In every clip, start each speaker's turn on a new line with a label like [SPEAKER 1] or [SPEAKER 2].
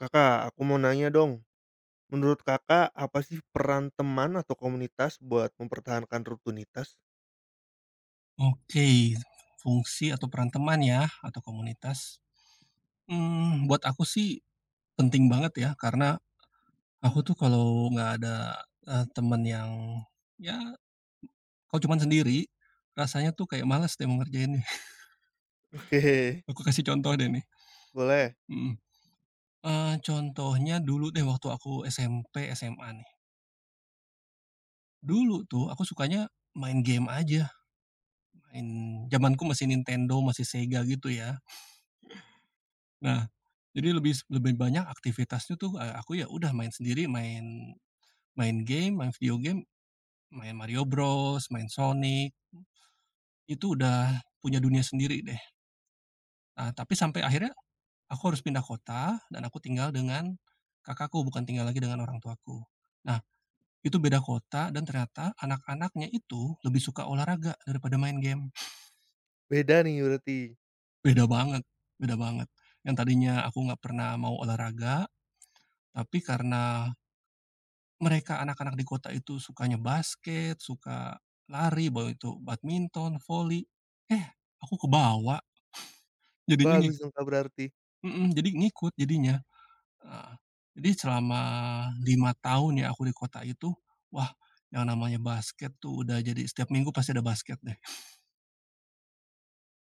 [SPEAKER 1] Kakak, aku mau nanya dong. Menurut Kakak, apa sih peran teman atau komunitas buat mempertahankan rutinitas?
[SPEAKER 2] Oke, fungsi atau peran teman ya, atau komunitas. Buat aku sih penting banget ya, karena aku tuh kalau nggak ada, teman yang ya kalau cuman sendiri, rasanya tuh kayak malas deh mau ngerjainnya.
[SPEAKER 1] Oke,
[SPEAKER 2] Aku kasih contoh deh nih,
[SPEAKER 1] boleh.
[SPEAKER 2] mhm, contohnya dulu deh waktu aku SMP, SMA nih. Dulu tuh aku sukanya main game aja, main zamanku masih Nintendo, masih Sega gitu ya. Nah, jadi lebih lebih banyak aktivitasnya tuh, aku ya udah main sendiri, main main game, main video game, main Mario Bros, main Sonic, itu udah punya dunia sendiri deh. Nah, tapi sampai akhirnya aku harus pindah kota dan aku tinggal dengan kakakku, bukan tinggal lagi dengan orang tuaku. Nah, itu beda kota dan ternyata anak-anaknya itu lebih suka olahraga daripada main game.
[SPEAKER 1] Beda nih berarti.
[SPEAKER 2] Beda banget, beda banget. Yang tadinya aku nggak pernah mau olahraga, tapi karena mereka anak-anak di kota itu sukanya basket, suka lari, baru itu badminton, voli. Eh, aku kebawa, jadinya
[SPEAKER 1] Bagus
[SPEAKER 2] ngik
[SPEAKER 1] dong, Kak, berarti.
[SPEAKER 2] mhm, jadi ngikut jadinya, heeh. Jadi selama 5 tahun ya aku di kota itu, wah yang namanya basket tuh udah jadi setiap minggu pasti ada basket deh.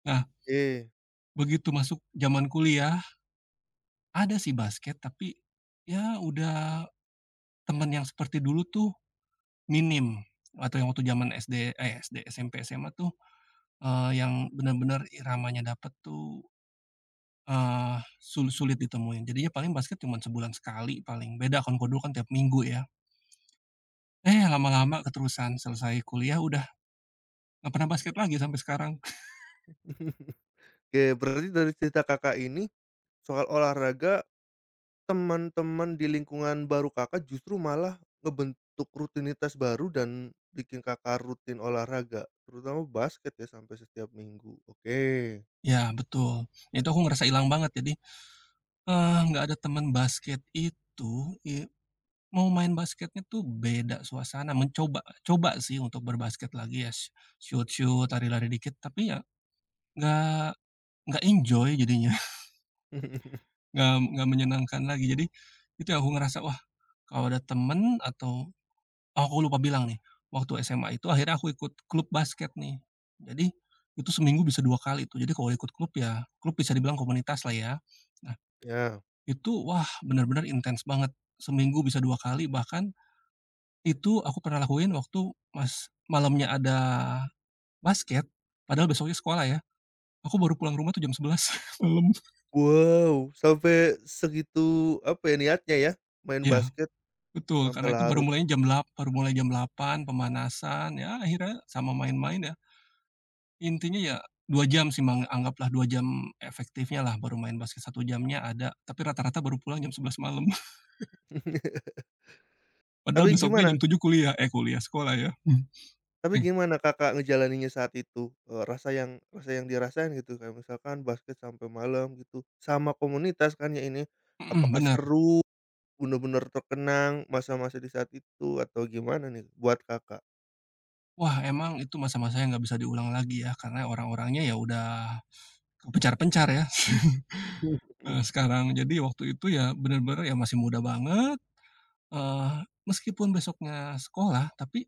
[SPEAKER 2] Nah,
[SPEAKER 1] Eh,
[SPEAKER 2] begitu masuk zaman kuliah, ada sih basket tapi ya udah temen yang seperti dulu tuh minim, atau yang waktu zaman SD, SMP, SMA tuh yang benar-benar iramanya dapet tuh, eee, sul sulit ditemuin. Jadinya paling basket cuma sebulan sekali paling, beda akun kodok kan tiap minggu ya. Eh, lama-lama keterusan, selesai kuliah udah nggak pernah basket lagi sampai sekarang.
[SPEAKER 1] Oke, berarti dari cerita Kakak ini, soal olahraga, teman-teman di lingkungan baru Kakak justru malah ngebentuk rutinitas baru dan bikin Kakak rutin olahraga, terutama basket ya sampai setiap minggu. Oke.
[SPEAKER 2] Ya betul, itu aku ngerasa hilang banget. Jadi, nggak ada teman basket itu, mau main basketnya tuh beda suasana, mencoba coba sih untuk berbasket lagi ya, shoot-shoot, lari-lari dikit, tapi ya nggak nggak enjoy jadinya. Nggak menyenangkan lagi. Jadi, itu yang aku ngerasa, wah kalau ada temen atau oh aku lupa bilang nih, waktu SMA itu akhirnya aku ikut klub basket nih. Jadi, itu seminggu bisa 2 kali tuh. Jadi kalau ikut klub ya, klub bisa dibilang komunitas lah ya. Nah,
[SPEAKER 1] Ya.
[SPEAKER 2] itu wah benar-benar intens banget. Seminggu bisa 2 kali, bahkan itu aku pernah lakuin waktu malamnya ada basket, padahal besoknya sekolah ya. Aku baru pulang rumah tuh jam 11 malam.
[SPEAKER 1] Wow, sampai segitu apa ya, niatnya ya, main
[SPEAKER 2] Iya.
[SPEAKER 1] basket
[SPEAKER 2] Betul,
[SPEAKER 1] sampai
[SPEAKER 2] karena itu baru
[SPEAKER 1] larut.
[SPEAKER 2] mulainya jam delap baru mulai jam 8 pemanasan, ya akhirnya sama main-main ya, intinya ya 2 jam sih mang anggaplah 2 jam efektifnya lah baru main basket 1 jamnya ada, tapi rata-rata baru pulang jam 11 malam. Padahal
[SPEAKER 1] Tapi
[SPEAKER 2] besoknya
[SPEAKER 1] gimana
[SPEAKER 2] jam 7 kuliah, sekolah ya. Hmm,
[SPEAKER 1] tapi
[SPEAKER 2] eh
[SPEAKER 1] gimana Kakak ngejalaninnya saat itu? Rasa yang dirasain gitu, kayak misalkan basket sampai malam gitu, sama komunitas kan ya ini,
[SPEAKER 2] mhm,
[SPEAKER 1] apakah
[SPEAKER 2] bener.
[SPEAKER 1] seru, bener-bener terkenang masa-masa di saat itu atau gimana nih buat Kakak?
[SPEAKER 2] Wah emang itu masa-masa yang nggak bisa diulang lagi ya, karena orang-orangnya ya udah kepencar-pencar ya. Eee, sekarang jadi waktu itu ya bener-bener ya masih muda banget, eee, meskipun besoknya sekolah, tapi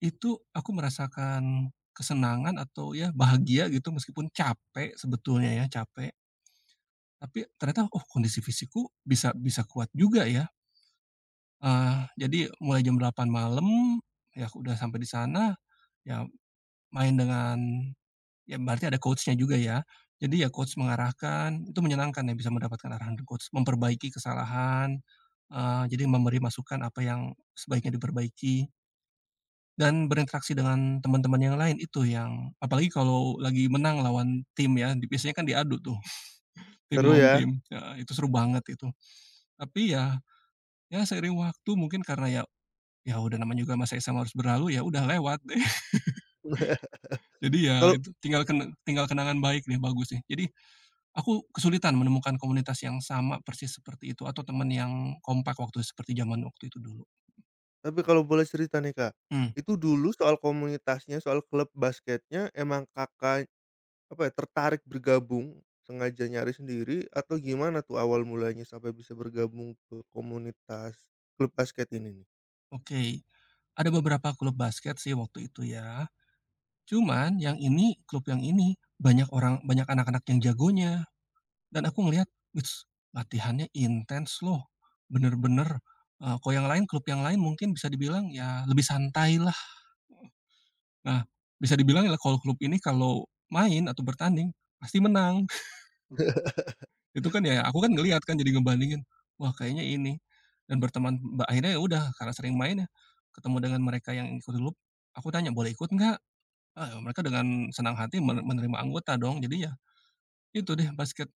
[SPEAKER 2] itu aku merasakan kesenangan atau ya bahagia gitu meskipun capek sebetulnya ya, capek, tapi ternyata, oh kondisi fisikku bisa bisa kuat juga ya. Jadi mulai jam 8 malam, ya aku udah sampai di sana, ya main dengan ya berarti ada coachnya juga ya. Jadi ya coach mengarahkan, itu menyenangkan ya bisa mendapatkan arahan dari coach, memperbaiki kesalahan, jadi memberi masukan apa yang sebaiknya diperbaiki. Dan berinteraksi dengan teman-teman yang lain itu yang apalagi kalau lagi menang lawan tim ya, di biasanya kan diadu tuh, tim
[SPEAKER 1] Seru
[SPEAKER 2] lawan
[SPEAKER 1] ya?
[SPEAKER 2] tim, heeh, itu seru banget itu. Tapi ya ya seiring waktu mungkin karena ya ya udah namanya juga masa SMA harus berlalu, ya udah lewat deh. Jadi ya
[SPEAKER 1] Kalau
[SPEAKER 2] itu tinggal kenangan baik nih, bagus nih. Jadi aku kesulitan menemukan komunitas yang sama persis seperti itu atau teman yang kompak waktu seperti zaman waktu itu dulu.
[SPEAKER 1] tapi kalau boleh cerita nih Kak,
[SPEAKER 2] Mmm,
[SPEAKER 1] itu dulu soal komunitasnya, soal klub basketnya emang Kakak apa ya, tertarik bergabung, sengaja nyari sendiri atau gimana tuh awal mulanya sampai bisa bergabung ke komunitas klub basket ini nih?
[SPEAKER 2] oke. Ada beberapa klub basket sih waktu itu ya. Cuman yang ini, klub yang ini, banyak orang banyak anak-anak yang jagonya, dan aku ngelihat, "Wits, latihannya intens loh." Bener-bener, kalau yang lain klub yang lain mungkin bisa dibilang ya lebih santai lah. Nah, bisa dibilang ya kalau klub ini kalau main atau bertanding, pasti menang. Itu kan ya aku kan ngelihat kan jadi ngebandingin, wah kayaknya ini, dan berteman ba akhirnya ya udah karena sering main ya, ketemu dengan mereka yang ikut klub, aku tanya, "Boleh ikut nggak?" Mereka dengan senang hati menerima anggota dong. Jadi ya itu deh basket,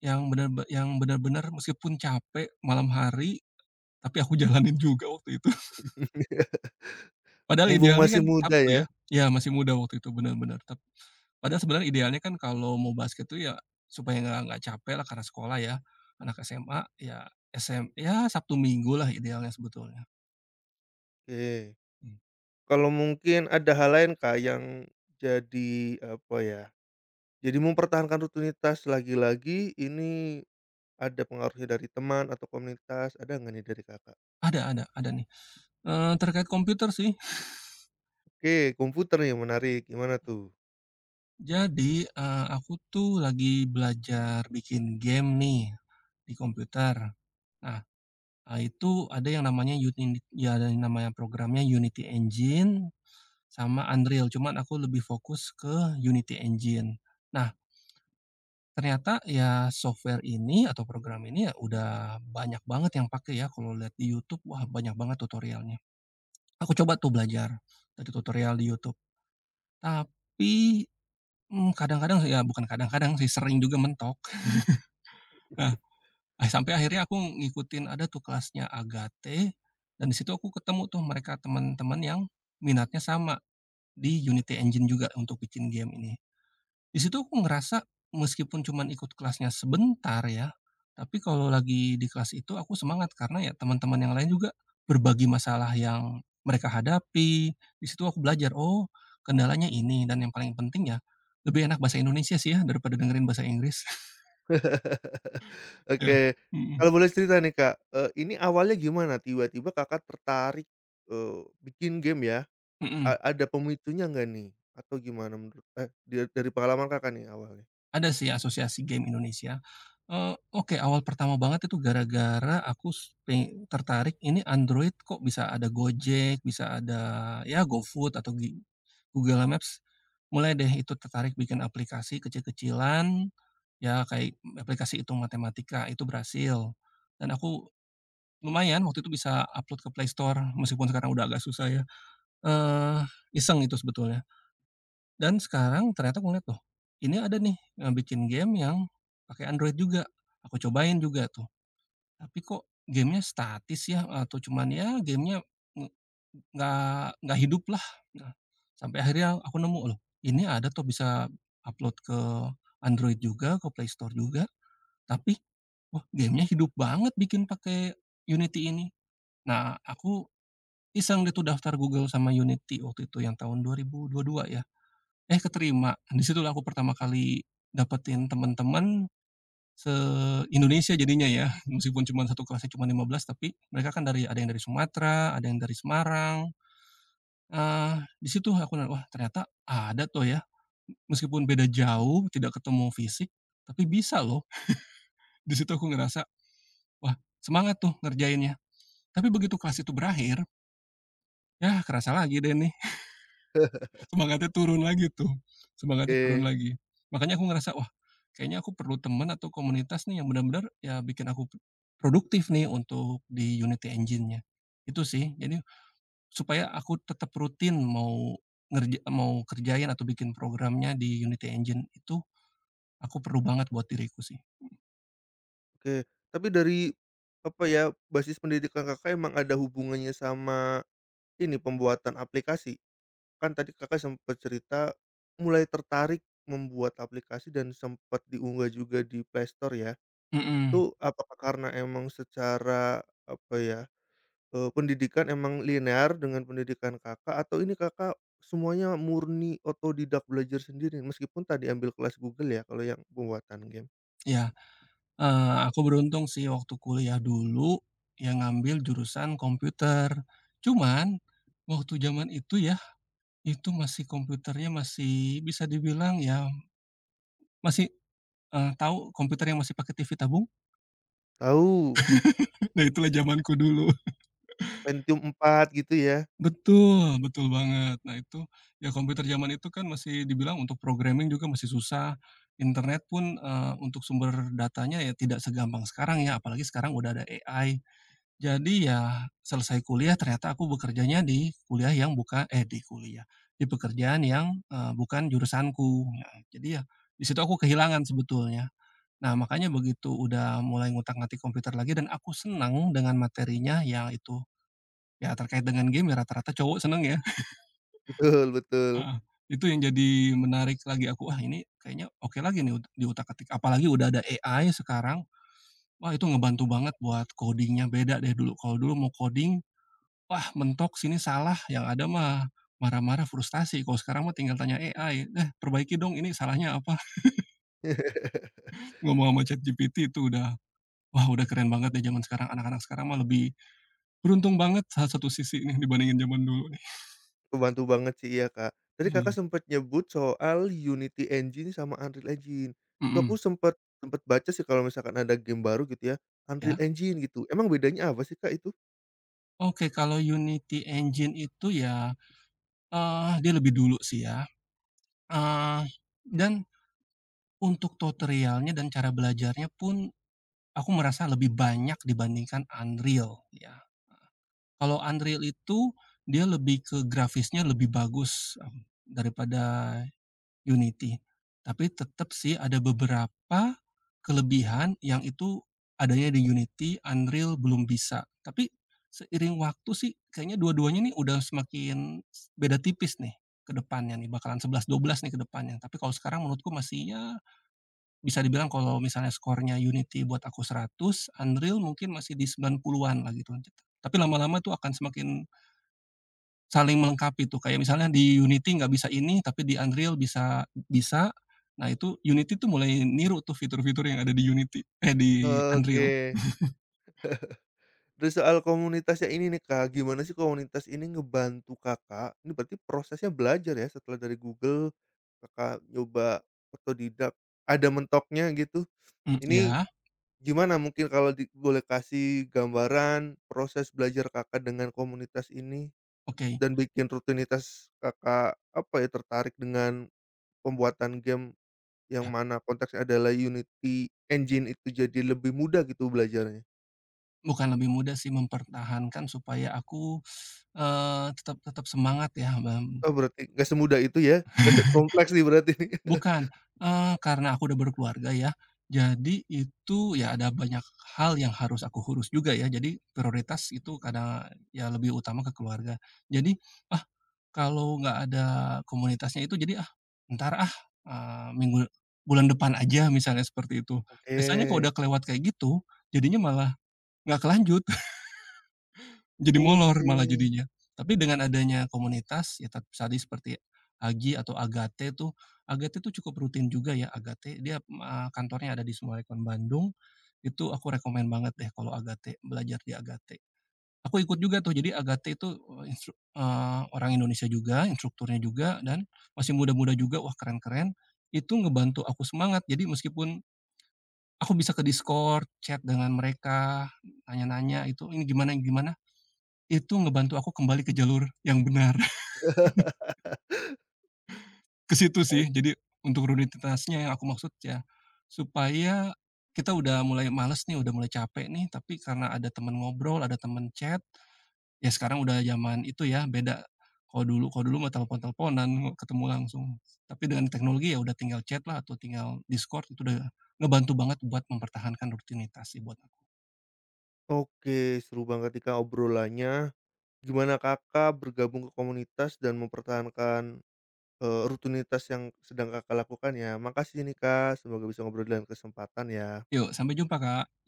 [SPEAKER 2] yang benar be yang bener-bener meskipun capek malam hari, tapi aku jalanin juga waktu itu. Padahal
[SPEAKER 1] Mumpung
[SPEAKER 2] idealnya
[SPEAKER 1] masih
[SPEAKER 2] kan
[SPEAKER 1] muda
[SPEAKER 2] Sabtu
[SPEAKER 1] ya,
[SPEAKER 2] ya. Ya masih muda waktu itu, benar-benar. Padahal sebenarnya idealnya kan kalau mau basket tuh ya supaya nggak capek lah karena sekolah ya, anak SMA ya ya Sabtu Minggu lah idealnya sebetulnya.
[SPEAKER 1] oke.
[SPEAKER 2] Mmm.
[SPEAKER 1] Kalau mungkin ada hal lain Kak yang jadi, apa ya, jadi mempertahankan rutinitas lagi-lagi ini ada pengaruhnya dari teman atau komunitas, ada nggak nih dari Kakak?
[SPEAKER 2] Ada nih, terkait komputer sih.
[SPEAKER 1] Oke, komputer nih menarik, gimana tuh?
[SPEAKER 2] Jadi, aku tuh lagi belajar bikin game nih, di komputer. Nah, itu ada yang namanya programnya Unity Engine sama Unreal, cuman aku lebih fokus ke Unity Engine. Nah, ternyata ya software ini atau program ini ya udah banyak banget yang pakai ya, kalau lihat di YouTube, wah banyak banget tutorialnya. Aku coba tuh belajar dari tutorial di YouTube, tapi, mmm, kadang-kadang ya bukan kadang-kadang sih, sering juga mentok. Nah, sampai akhirnya aku ngikutin ada tuh kelasnya Agate, dan di situ aku ketemu tuh mereka teman-teman yang minatnya sama di Unity Engine juga untuk bikin game ini. Di situ aku ngerasa meskipun cuman ikut kelasnya sebentar ya, tapi kalau lagi di kelas itu aku semangat karena ya teman-teman yang lain juga berbagi masalah yang mereka hadapi, di situ aku belajar, oh kendalanya ini dan yang paling penting ya lebih enak bahasa Indonesia sih ya daripada dengerin bahasa Inggris. Ya,
[SPEAKER 1] Oke.
[SPEAKER 2] mhm,
[SPEAKER 1] Kalau boleh cerita nih, Kak, ini awalnya gimana tiba-tiba Kakak tertarik, bikin game ya?
[SPEAKER 2] mhm.
[SPEAKER 1] Ada pemicunya nggak nih? Atau gimana menurut dia dari pengalaman Kakak nih awalnya?
[SPEAKER 2] Ada sih Asosiasi Game Indonesia, oke awal pertama banget itu gara-gara aku s peng tertarik ini Android kok bisa ada Gojek, bisa ada ya GoFood atau gi Google Maps, mulai deh itu tertarik bikin aplikasi kecil-kecilan, ya kayak aplikasi Hitung Matematika itu berhasil, dan aku lumayan waktu itu bisa upload ke Play Store meskipun sekarang udah agak susah ya, eee, iseng itu sebetulnya. Dan sekarang ternyata aku ngeliat, loh, ini ada nih yang bikin game yang pakai Android juga. Aku cobain juga tuh, tapi kok gamenya statis ya, atau cuman ya gamenya nge nggak hidup lah. Nah, sampai akhirnya aku nemu, loh, ini ada tuh bisa upload ke Android juga, ke Play Store juga, tapi, wah, gamenya hidup banget bikin pakai Unity ini. Nah, aku iseng deh tuh daftar Google sama Unity waktu itu yang tahun 2022 ya. Eh, keterima. Di situlah aku pertama kali dapetin teman-teman se-Indonesia jadinya ya, meskipun cuman satu kelasnya cuman 15 tapi mereka kan dari ada yang dari Sumatera, ada yang dari Semarang, eee, di situ aku na wah ternyata ada tuh ya, meskipun beda jauh, tidak ketemu fisik, tapi bisa loh. Di situ aku ngerasa, wah semangat tuh ngerjainnya. Tapi begitu kelas itu berakhir, yah kerasa lagi deh nih semangatnya turun lagi tuh, semangatnya turun
[SPEAKER 1] Oke
[SPEAKER 2] lagi. Makanya aku ngerasa, "Wah, kayaknya aku perlu teman atau komunitas nih yang benar-benar ya bikin aku produktif nih untuk di Unity Engine-nya." Itu sih, jadi supaya aku tetap rutin mau kerjain atau bikin programnya di Unity Engine itu aku perlu banget buat diriku sih.
[SPEAKER 1] oke. Tapi dari, apa ya, basis pendidikan Kakak emang ada hubungannya sama ini, pembuatan aplikasi? Kan tadi Kakak sempat cerita mulai tertarik membuat aplikasi dan sempat diunggah juga di Play Store ya?
[SPEAKER 2] Mhm,
[SPEAKER 1] Itu apakah karena emang secara apa ya, pendidikan emang linear dengan pendidikan Kakak atau ini Kakak semuanya murni otodidak belajar sendiri meskipun tadi ambil kelas Google ya kalau yang pembuatan game?
[SPEAKER 2] iya, aku beruntung sih waktu kuliah dulu, ya ngambil jurusan komputer. Cuman waktu zaman itu ya itu masih komputernya masih bisa dibilang ya masih, tahu komputer yang masih pakai TV tabung?
[SPEAKER 1] Tahu,
[SPEAKER 2] Nah itulah zamanku dulu.
[SPEAKER 1] Pentium 4 gitu ya?
[SPEAKER 2] Betul, betul banget. Nah itu, ya komputer zaman itu kan masih dibilang untuk programming juga masih susah, internet pun, untuk sumber datanya ya tidak segampang sekarang ya, apalagi sekarang udah ada AI. Jadi ya selesai kuliah ternyata aku bekerjanya di kuliah yang buka eh di kuliah, di pekerjaan yang, bukan jurusanku. Nah jadi ya, di situ aku kehilangan sebetulnya. Nah, makanya begitu udah mulai ngutak-ngatik komputer lagi dan aku senang dengan materinya yang itu, ya terkait dengan game ya rata-rata cowok seneng ya,
[SPEAKER 1] Betul betul.
[SPEAKER 2] heeh. Itu yang jadi menarik lagi aku, "Wah ini kayaknya oke lagi nih ud diutak-atik." Apalagi udah ada AI sekarang, wah itu ngebantu banget buat coding-nya, beda deh dulu. Kalau dulu mau coding, wah mentok, sini salah, yang ada mah marah-marah, frustasi. Kalau sekarang mah tinggal tanya AI, "Eh perbaiki dong ini salahnya apa?" Ngomong sama ChatGPT itu udah wah udah keren banget deh zaman sekarang, anak-anak sekarang mah lebih beruntung banget salah satu sisi nih dibandingin zaman dulu nih,
[SPEAKER 1] Kebantu banget sih, iya Kak. Tadi Kakak
[SPEAKER 2] mhm,
[SPEAKER 1] sempet nyebut soal Unity Engine sama Unreal Engine. Itu aku
[SPEAKER 2] mhm,
[SPEAKER 1] sempet sempet baca sih kalau misalkan ada game baru gitu ya, Unreal
[SPEAKER 2] ya.
[SPEAKER 1] Engine gitu, emang bedanya apa sih Kak itu?
[SPEAKER 2] Oke kalau Unity Engine itu ya, dia lebih dulu sih ya, eee, dan untuk tutorialnya dan cara belajarnya pun aku merasa lebih banyak dibandingkan Unreal ya. Kalau Unreal itu dia lebih ke grafisnya lebih bagus, daripada Unity. Tapi tetap sih ada beberapa kelebihan yang itu adanya di Unity, Unreal belum bisa. Tapi seiring waktu sih kayaknya dua-duanya nih udah semakin s beda tipis nih ke depannya nih, bakalan 11, 12 nih ke depannya. Tapi kalau sekarang menurutku masih ya bisa dibilang kalau misalnya skornya Unity buat aku 100, Unreal mungkin masih di sembilan puluhan lah gitu. Tapi lama-lama tuh akan semakin saling melengkapi tuh, kayak misalnya di Unity nggak bisa ini, tapi di Unreal bisa bisa. Nah itu Unity tuh mulai niru tuh fitur-fitur yang ada di Unity eh di Unreal.
[SPEAKER 1] Oke. Dari soal komunitasnya ini nih Kak, gimana sih komunitas ini ngebantu Kakak ini berarti prosesnya belajar ya setelah dari Google Kakak nyoba otodidak, ada mentoknya gitu. Ini
[SPEAKER 2] Iya,
[SPEAKER 1] gimana mungkin kalau di boleh kasih gambaran proses belajar Kakak dengan komunitas ini
[SPEAKER 2] oke.
[SPEAKER 1] dan bikin rutinitas Kakak, apa ya, tertarik dengan pembuatan game yang
[SPEAKER 2] Ya,
[SPEAKER 1] mana konteksnya adalah Unity Engine itu jadi lebih mudah gitu belajarnya?
[SPEAKER 2] bukan lebih mudah sih mempertahankan supaya aku, tetap tetap semangat ya,
[SPEAKER 1] Oh berarti nggak semudah itu ya, kompleks nih berarti nih.
[SPEAKER 2] bukan, karena aku udah berkeluarga ya, jadi itu ya ada banyak hal yang harus aku urus juga ya, jadi prioritas itu karena ya lebih utama ke keluarga. Jadi kalau nggak ada komunitasnya itu jadi, "Ah, entar ah, eee, minggu bulan depan aja," misalnya seperti itu.
[SPEAKER 1] Oke,
[SPEAKER 2] Biasanya kalau udah kelewat kayak gitu, jadinya malah nggak kelanjut, jadi molor
[SPEAKER 1] oke,
[SPEAKER 2] malah jadinya. Tapi dengan adanya komunitas, ya tadi seperti Agi atau Agate tuh cukup rutin juga ya, Agate dia, kantornya ada di Small Bandung, itu aku rekomen banget deh kalau Agate, belajar di Agate. Aku ikut juga tuh, jadi Agate itu, orang Indonesia juga, instrukturnya juga dan masih muda-muda juga, wah keren-keren. Itu ngebantu aku semangat, jadi meskipun aku bisa ke Discord, chat dengan mereka, nanya-nanya itu, "Ini gimana ini gimana?" Itu ngebantu aku kembali ke jalur yang benar, ke situ sih. Jadi untuk rutinitasnya yang aku maksud ya, supaya kita udah mulai males nih, udah mulai capek nih, tapi karena ada teman ngobrol, ada teman chat. Ya sekarang udah zaman itu ya, beda. Kalau dulu mah telepon-teleponan, ketemu langsung. Tapi dengan teknologi ya udah tinggal chat-lah atau tinggal Discord, itu udah ngebantu banget buat mempertahankan rutinitas sih buat aku.
[SPEAKER 1] oke, seru banget nih Kak obrolannya, gimana Kakak bergabung ke komunitas dan mempertahankan, rutinitas yang sedang Kakak lakukan ya. Makasih nih Kak, semoga bisa ngobrol di lain kesempatan ya.
[SPEAKER 2] Yuk, sampai jumpa, Kak.